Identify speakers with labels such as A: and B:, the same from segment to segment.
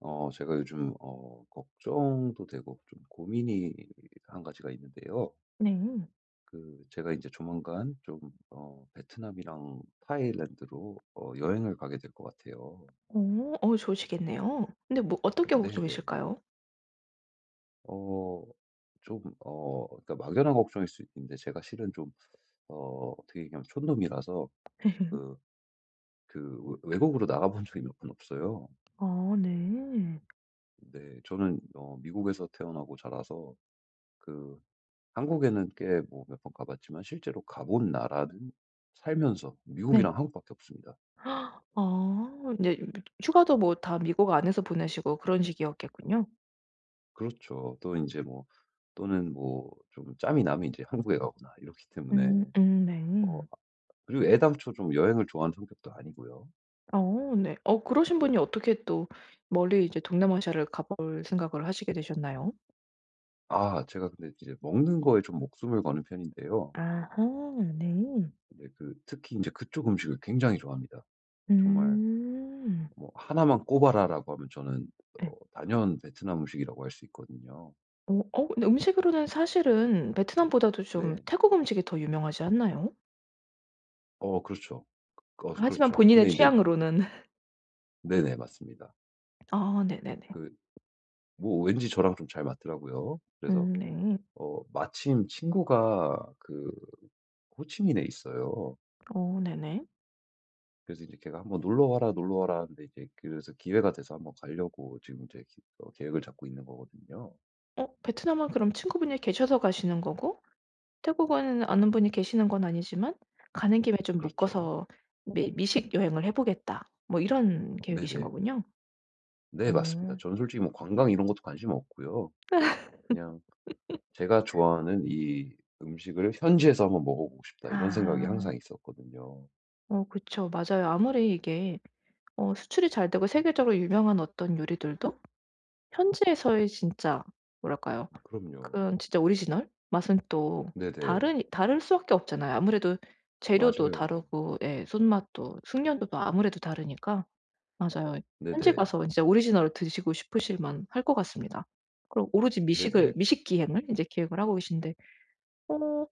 A: 제가 요즘, 걱정도 되고, 좀 고민이 한 가지가 있는데요.
B: 네.
A: 제가 이제 조만간 좀, 베트남이랑 타일랜드로, 여행을 가게 될 것 같아요.
B: 어. 좋으시겠네요. 근데 뭐 어떤 게
A: 네네.
B: 걱정이실까요?
A: 어, 그러니까 막연한 걱정일 수 있는데, 제가 실은 좀, 어떻게 얘기하면 촌놈이라서, 그, 외국으로 나가본 적이 몇 번 없어요.
B: 아, 네.
A: 네, 저는, 미국에서 태어나고 자라서, 그, 한국에는 꽤 뭐 몇 번 가봤지만 실제로 가본 나라는 살면서
B: 네.
A: 미국이랑 한국밖에 없습니다.
B: 아 이제 휴가도 뭐 다 미국 안에서 보내시고 그런 식이었겠군요.
A: 그렇죠. 또 이제 뭐 또는 뭐 좀 짬이 나면 이제 한국에 가거나 이렇기 때문에 어
B: 네.
A: 그리고 애당초 좀 여행을 좋아하는 성격도 아니고요.
B: 어 네. 그러신 분이 어떻게 또 멀리 이제 동남아시아를 가볼 생각을 하시게 되셨나요?
A: 아 제가 근데 이제 먹는 거에 좀 목숨을 거는 편인데요.
B: 아하. 네.
A: 근데 그 특히 이제 그쪽 음식을 굉장히 좋아합니다. 정말
B: 음.
A: 뭐 "하나만 꼽아라."라고 하면 저는
B: 네.
A: 단연 베트남 음식이라고 할 수 있거든요.
B: 어 어, 근데 음식으로는 사실은 베트남보다도 좀
A: 네.
B: 태국 음식이 더 유명하지 않나요?
A: 그렇죠.
B: 하지만
A: 그렇죠.
B: 본인의
A: 근데 이제
B: 취향으로는.
A: 네네. 맞습니다.
B: 아 네네네.
A: 그 뭐 왠지 저랑 좀 잘 맞더라고요. 그래서
B: 네.
A: 마침 친구가 그 호치민에 있어요.
B: 어 네네.
A: 그래서 이제 걔가 "한번 놀러 와라, 놀러 와라." 하는데 이제 그래서 기회가 돼서 한번 가려고 지금 이제 기 어 계획을 잡고 있는 거거든요.
B: 베트남은 그럼 친구분이 계셔서 가시는 거고, 태국은 아는 분이 계시는 건 아니지만 '가는 김에 좀
A: 그렇죠.
B: 묶어서 미 미식 여행을 해 보겠다.' 뭐 이런 계획이신
A: 네네.
B: 거군요.
A: 네 맞습니다.
B: 어.
A: 저는 솔직히 뭐 관광 이런 것도 관심 없고요. 그냥 제가 좋아하는 이 음식을 '현지에서 한번 먹어보고 싶다.' 이런 생각이
B: 아.
A: 항상 있었거든요.
B: 어 그쵸. 맞아요. 아무리 이게 수출이 잘 되고 세계적으로 유명한 어떤 요리들도 현지에서의 진짜 뭐랄까요?
A: 그럼요.
B: 그런 진짜 오리지널 맛은 또 다
A: 네네.
B: 른 다를 수밖에 없잖아요. 아무래도 재료도
A: 맞아요.
B: 다르고, 예, 손맛도 숙련도도 아무래도 다르니까. 맞아요. 현지
A: 네네.
B: 가서 진짜 오리지널을 드시고 싶으실 만 할 것 같습니다. 그럼 오로지 미식을
A: 네네.
B: 미식 기행을 인제 기획을 하고 계신데, 어,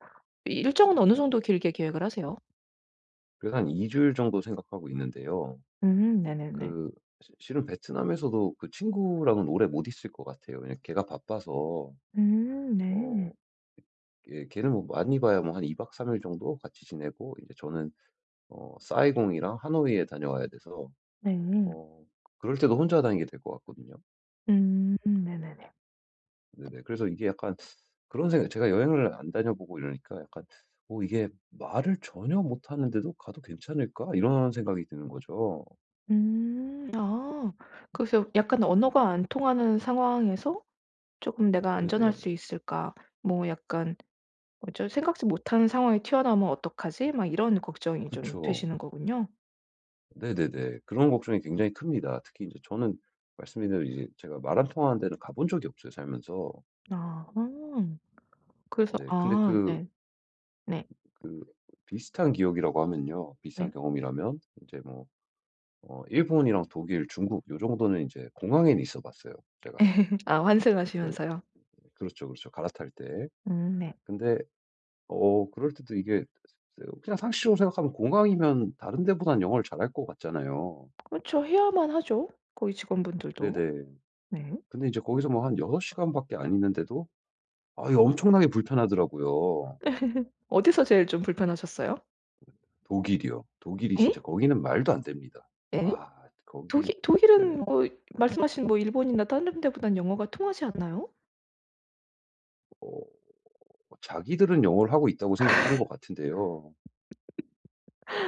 B: 일정은 어느 정도 길게 계획을 하세요?
A: 그래서 한 2 주일 정도 생각하고 있는데요.
B: 네네네.
A: 그 시 실은 베트남에서도 그 친구랑은 오래 못 있을 것 같아요. 왜 걔가 바빠서
B: 네.
A: 어 걔 걔는 뭐 많이 봐야 뭐 한 2박 3일 정도 같이 지내고 이제 저는 사이공이랑 하노이에 다녀와야 돼서
B: 네.
A: 어 그럴 때도 혼자 다니게 될 것 같거든요.
B: 네네네.
A: 네네. 그래서 이게 약간 그런 생각 제가 여행을 안 다녀보고 이러니까 약간 '어 이게 말을 전혀 못하는데도 가도 괜찮을까?' 이런 생각이 드는 거죠.
B: 음. 아. 그래서 약간 언어가 안 통하는 상황에서 조금 내가 안전할
A: 네네.
B: 수 있을까?' 뭐 약간, 뭐죠, '생각지 못한 상황에 튀어나오면 어떡하지?' 막 이런 걱정이 좀
A: 그쵸.
B: 되시는 거군요.
A: 네네네. 그런 걱정이 굉장히 큽니다. 특히 이제 저는 말씀드린 대로 이제 제가 말한 통하는 데는 가본 적이 없어요 살면서.
B: 아. 음. 그래서
A: 네. 근데
B: 아 네. 네.
A: 그 비슷한 기억이라고 하면요. 비슷한
B: 네.
A: 경험이라면 이제 뭐 일본이랑 독일, 중국 요 정도는 이제 공항에는 있어 봤어요 제가.
B: 아,
A: 그
B: 환승하시면서요.
A: 그렇죠, 그렇죠. 갈아탈 때.
B: 네.
A: 근데 그럴 때도 이게 그냥 상식적으로 생각하면 공항이면 다른 데보단 영어를 잘할 것 같잖아요.
B: 그렇죠. 해야만 하죠, 거기 직원분들도.
A: 네네.
B: 네.
A: 근데 이제 거기서 뭐 한 6 시간밖에 안 있는데도 아 이거 엄청나게 불편하더라고요.
B: 어디서 제일 좀 불편하셨어요?
A: 독일이요. 독일이 진짜
B: 에?
A: 거기는 말도 안 됩니다.
B: 에?
A: 아 거기
B: 독일은
A: 네네.
B: 뭐 말씀하신 뭐 일본이나 다른 데보단 영어가 통하지 않나요?
A: 어 자기들은 영어를 하고 있다고 생각하는 것 같은데요.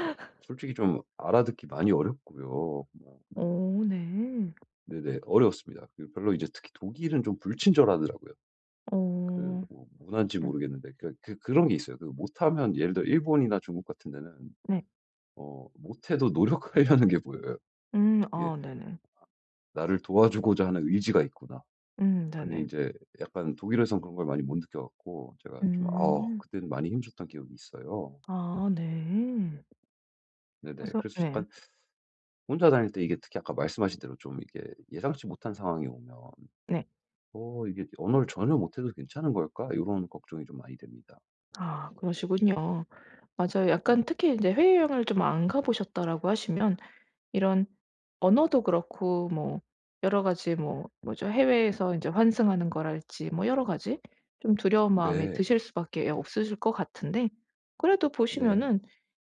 A: 어 솔직히 좀 알아듣기 많이 어렵고요. 뭐
B: 오, 네.
A: 네네 어려웠습니다. 그 별로 이제 특히 독일은 좀 불친절하더라고요. 그
B: 오,
A: 뭐 문화인지
B: 네.
A: 모르겠는데 그런 게 있어요. 그 못하면 예를 들어 일본이나 중국 같은 데는
B: 네.
A: 못해도 노력하려는 게 보여요. 이게
B: 아 네네.
A: '나를 도와주고자 하는 의지가 있구나.' 근데 이
B: 네네.
A: 제 약간 독일에선 그런 걸 많이 못 느껴 갖고 제가 좀 아
B: 음.
A: 그때는 많이 힘줬던 기억이 있어요.
B: 아 네.
A: 네네.
B: 그래서
A: 그래서
B: 네.
A: 잠깐 혼자 다닐 때 이게 특히 아까 말씀하신 대로 좀 이게 예상치 못한 상황이 오면
B: 네.
A: '어 이게 언어를 전혀 못해도 괜찮은 걸까?' 이런 걱정이 좀 많이 됩니다.
B: 아 그러시군요. 맞아요. 약간
A: 네.
B: 특히 인제 해외여행을 좀 안 가 보셨다라고 하시면 이런 언어도 그렇고, 뭐 여러 가지 뭐 뭐죠? 해외에서 인제 환승하는 거랄지 뭐 여러 가지 좀 두려운 마음이
A: 네.
B: 드실 수밖에 없으실 것 같은데, 그래도
A: 네.
B: 보시면은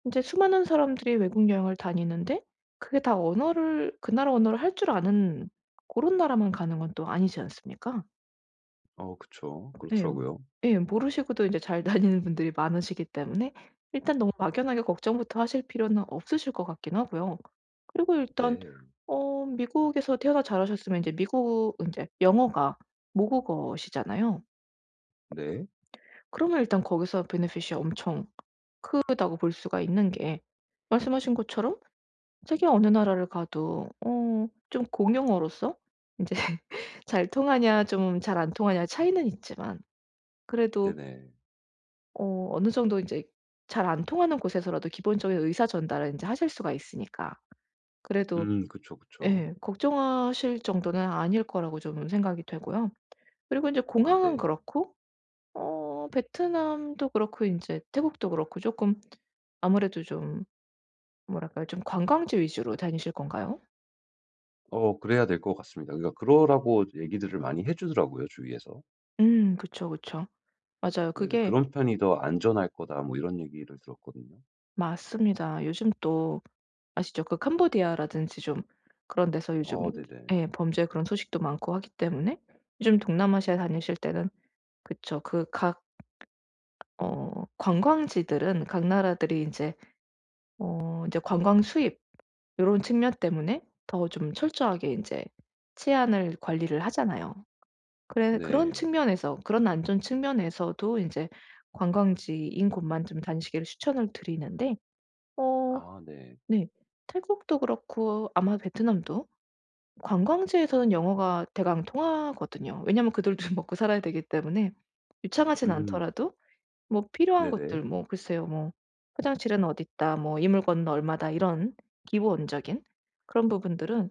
B: 인제 수많은 사람들이 외국 여행을 다니는데, 그게 다 언어를 그 나라 언어를 할 줄 아는 고런 나라만 가는 건 또 아니지 않습니까?
A: 어 그쵸.
B: 예.
A: 그렇더라고요.
B: 예. 모르시고도 인제 잘 다니는 분들이 많으시기 때문에 일단 너무 막연하게 걱정부터 하실 필요는 없으실 것 같긴 하고요. 그리고 일단,
A: 네.
B: 미국에서 태어나 자라셨으면 인제 미국 인제 영어가 모국어시잖아요.
A: 네.
B: 그러면 일단 거기서 베네핏이 엄청 크다고 볼 수가 있는 게, 말씀하신 것처럼 세계 어느 나라를 가도 어, 좀 공용어로서 인제 잘 통하냐 좀 잘 안 통하냐의 차이는 있지만, 그래도
A: 네네.
B: 어, 어느 정도 이제 잘 안 통하는 곳에서라도 기본적인 의사 전달을 이제 하실 수가 있으니까. 그래도
A: 그쵸, 그쵸.
B: 예, 걱정하실 정도는 아닐 거라고 좀 생각이 되고요. 그리고 이제
A: 아
B: 공항은
A: 네.
B: 그렇고 베트남도 그렇고 이제 태국도 그렇고, 조금 아무래도 좀, 뭐랄까요? 좀 관광지 위주로 다니실 건가요?
A: 그래야 될 것 같습니다. 그러니까 그러라고 얘기들을 많이 해 주더라고요, 주위에서.
B: 그쵸, 그쵸. 맞아요.
A: 네네.
B: 그게
A: "그런 편이 더 안전할 거다." 뭐 이런 얘기를 들었거든요.
B: 맞습니다. 요즘 또 아시죠? 그 캄보디아라든지 좀 그런 데서 요즘
A: 아 네네.
B: 예 범죄 그런 소식도 많고 하기 때문에 요즘 동남아시아 다니실 때는 그쵸. 그 각 어 관광지들은 각 나라들이 인제 인제 관광 수입 요런 측면 때문에 더 좀 철저하게 인제 치안을 관리를 하잖아요. 그래 그런
A: 네.
B: 측면에서 그런 안전 측면에서도 인제 관광지인 곳만 좀 다니시기를 추천을 드리는데, 어,
A: 아 네.
B: 네. 태국도 그렇고 아마 베트남도 관광지에서는 영어가 대강 통하거든요. 왜냐면 그들도 먹고 살아야 되기 때문에. 유창하진
A: 음.
B: 않더라도 뭐 필요한
A: 네네.
B: 것들, 뭐 글쎄요, 뭐 "화장실은 어디 있다." 뭐 "이 물건은 얼마다." 이런 기본적인 그런 부분들은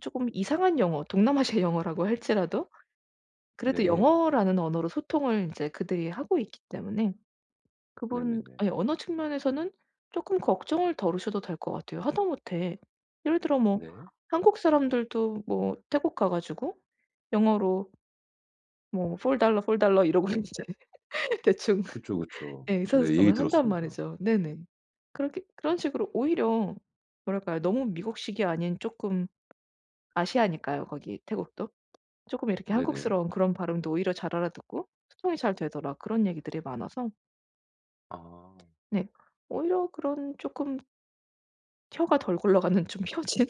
B: 조금 이상한 영어, 동남아시아 영어라고 할지라도 그래도
A: 네.
B: 영어라는 언어로 소통을 이제 그들이 하고 있기 때문에, 그분
A: 네네네.
B: 아니 언어 측면에서는 쪼끔 걱정을 덜으셔도 될 것 같아요. 하다못해 예를 들어 뭐
A: 네.
B: 한국 사람들도 뭐 태국 가 가지고 영어로 뭐 "4달러 달러, 4달러 달러." 이러고 이제 대충,
A: 그쵸, 그쵸.
B: 예,
A: 네. 얘기
B: 의사소통을 한단
A: 들었습니다.
B: 말이죠. 네네. 그렇게 그런 식으로 오히려 뭐랄까요? 너무 미국식이 아닌 쪼끔, 아시아니까요 거기 태국도. 쪼끔 이렇게
A: 네네.
B: 한국스러운 그런 발음도 오히려 잘 알아듣고 소통이 잘 되더라, 그런 얘기들이 많아서
A: 아.
B: 네. 오히려 그런 쪼끔 혀가 덜 굴러가는 좀 펴진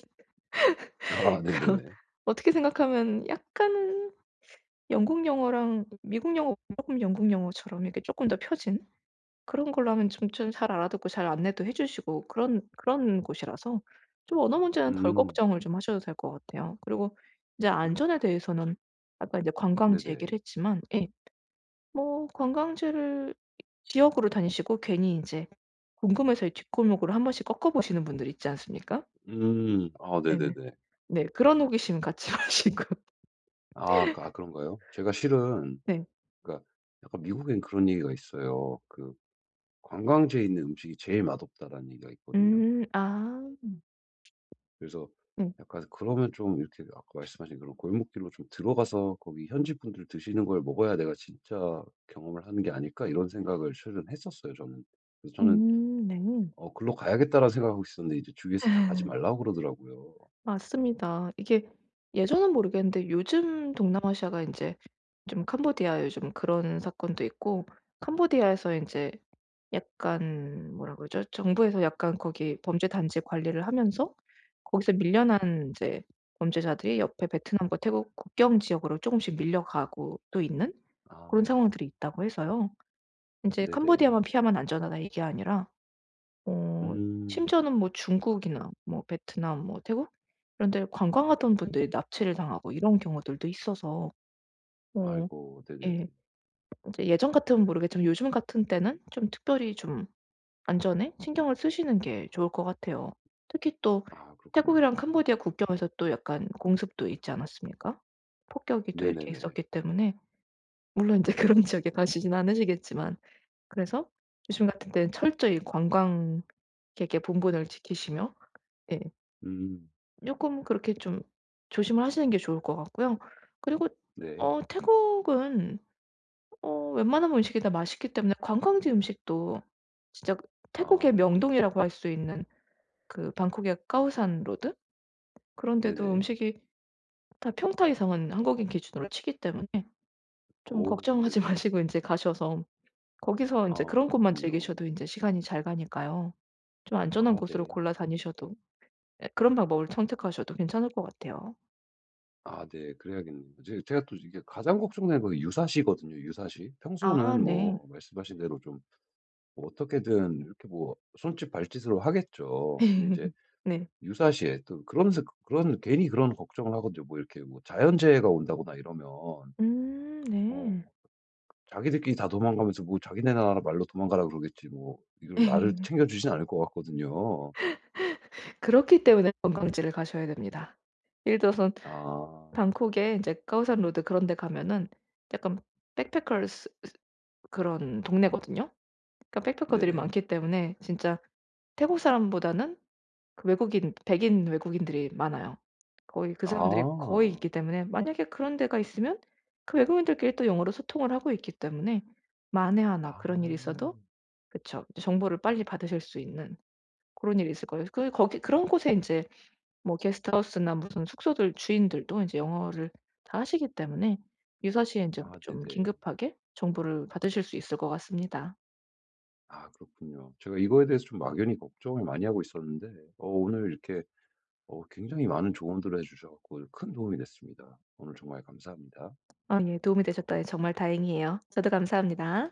A: 아
B: 그런,
A: 네네네.
B: 어떻게 생각하면 약간은 영국 영어랑 미국 영어, 조금 영국 영어처럼 이렇게 쪼끔 더 펴진 그런 걸로 하면 좀 좀 잘 알아듣고 잘 안내도 해 주시고 그런, 그런 곳이라서 좀 언어 문제는 덜
A: 음.
B: 걱정을 좀 하셔도 될 것 같아요. 그리고 이제 안전에 대해서는 아까 이제 관광지
A: 네네.
B: 얘기를 했지만, 예 뭐 관광지를 지역으로 다니시고, 괜히 인제 궁금해서 이 뒷골목으로 한 번씩 꺾어 보시는 분들 있지 않습니까?
A: 음. 아
B: 네네.
A: 네네네.
B: 네. 그런 호기심은 갖지 마시고.
A: 아 그런가요? 제가 실은
B: 네.
A: 그러니까 약간 미국엔 그런 얘기가 있어요. 그 "관광지에 있는 음식이 제일 맛없다."라는 얘기가 있거든요.
B: 아.
A: 그래서
B: 네.
A: 약간 그러면 좀 이렇게 아까 말씀하신 그런 골목길로 좀 들어가서 거기 현지 분들 드시는 걸 먹어야 내가 진짜 경험을 하는 게 아닐까 이런 생각을 실은 했었어요, 저는. 그래서 저는
B: 네.
A: 글로 가야겠다라는 생각하고 있었는데 이제 주위에서 다 가지 말라고 그러더라고요.
B: 맞습니다. 이게 예전은 모르겠는데 요즘 동남아시아가 인제 좀 캄보디아 요즘 그런 사건도 있고, 캄보디아에서 인제 약간 뭐라 그러죠? 정부에서 약간 거기 범죄 단지 관리를 하면서 거기서 밀려난 인제 범죄자들이 옆에 베트남과 태국 국경 지역으로 쪼금씩 밀려가고 또 있는
A: 아
B: 고런 상황들이 있다고 해서요. 인제
A: 네네.
B: 캄보디아만 피하면 안전하다 이게 아니라, 어,
A: 음.
B: 심지어는 뭐 중국이나 뭐 베트남 뭐 태국 이런 데 관광하던 분들이 납치를 당하고 이런 경우들도 있어서, 어,
A: 아이고 네네네.
B: 예, 인제 예전 같으면 모르겠지만 요즘 같은 때는 좀 특별히 좀 안전에 신경을 쓰시는 게 좋을 것 같아요. 특히 또
A: 아 그렇군요.
B: 태국이랑 캄보디아 국경에서 또 약간 공습도 있지 않았습니까? 폭격이 또 이렇게
A: 네네네.
B: 있었기 때문에 물론 인제 그런 지역에 가시진 않으시겠지만, 그래서 요즘 같은 때는 철저히 관광, 되게 본분을 지키시며, 예,
A: 음.
B: 쪼끔 그렇게 좀 조심을 하시는 게 좋을 것 같고요. 그리고
A: 네.
B: 어 태국은 어 웬만하면 음식이 다 맛있기 때문에 관광지 음식도 진짜, 태국의
A: 아
B: 명동이라고 할 수 있는 그 방콕의 까오산 로드 그런 데도
A: 네네.
B: 음식이 다 평타 이상은 한국인 기준으로 치기 때문에 좀
A: 오
B: 걱정하지
A: 네네.
B: 마시고 인제 가셔서 거기서 인제
A: 아
B: 그런 곳만
A: 그렇군요.
B: 즐기셔도 인제 시간이 잘 가니까요. 좀 안전한
A: 아
B: 곳으로
A: 네.
B: 골라 다니셔도, 예, 그런 방법을 선택하셔도 괜찮을 것 같아요.
A: 아 네. 그래야겠네요. 이제 제가 또 이게 가장 걱정되는 건 유사시거든요, 유사시.
B: 아
A: 평소는
B: 네.
A: 뭐 말씀하신 대로 좀뭐 어떻게든 이렇게 뭐 손짓 발짓으로 하겠죠. 근데 이 제
B: 네.
A: 유사시에 또 그러면서 그런 괜히 그런 걱정을 하거든요. 뭐 이렇게 뭐 자연재해가 온다거나 이러면 어
B: 네.
A: 자기들끼리 다 도망가면서 뭐 자기네 나라 말로 도망가라 그러겠지 뭐 이걸 나를 챙겨주진 않을 것 같거든요.
B: 그렇기 때문에 관광지를 가셔야 됩니다. 예를 들어서
A: 아.
B: 방콕에 이제 카오산 로드 그런 데 가면은 약간 백패커스 그런 동네거든요. 그러니까 백패커들이
A: 네네.
B: 많기 때문에 진짜 태국 사람보다는 그 외국인, 백인 외국인들이 많아요. 거의 그 사람들이 거의
A: 아.
B: 있기 때문에 만약에 그런 데가 있으면 그 외국인들끼리 또 영어로 소통을 하고 있기 때문에 만에 하나
A: 아.
B: 그런 일이 있어도, 그쵸, 이제 정보를 빨리 받으실 수 있는 그런 일이 있을 거예요. 그 거기 그런 곳에 인제 뭐 게스트하우스나 무슨 숙소들 주인들도 인제 영어를 다 하시기 때문에 유사시에 인제
A: 아
B: 좀
A: 네네.
B: 긴급하게 정보를 받으실 수 있을 것 같습니다.
A: 아 그렇군요. 제가 이거에 대해서 좀 막연히 걱정을 많이 하고 있었는데 오늘 이렇게 굉장히 많은 조언들을 해 주셔 갖고 큰 도움이 됐습니다. 오늘 정말 감사합니다.
B: 아 예, 도움이 되셨다니 정말 다행이에요. 저도 감사합니다.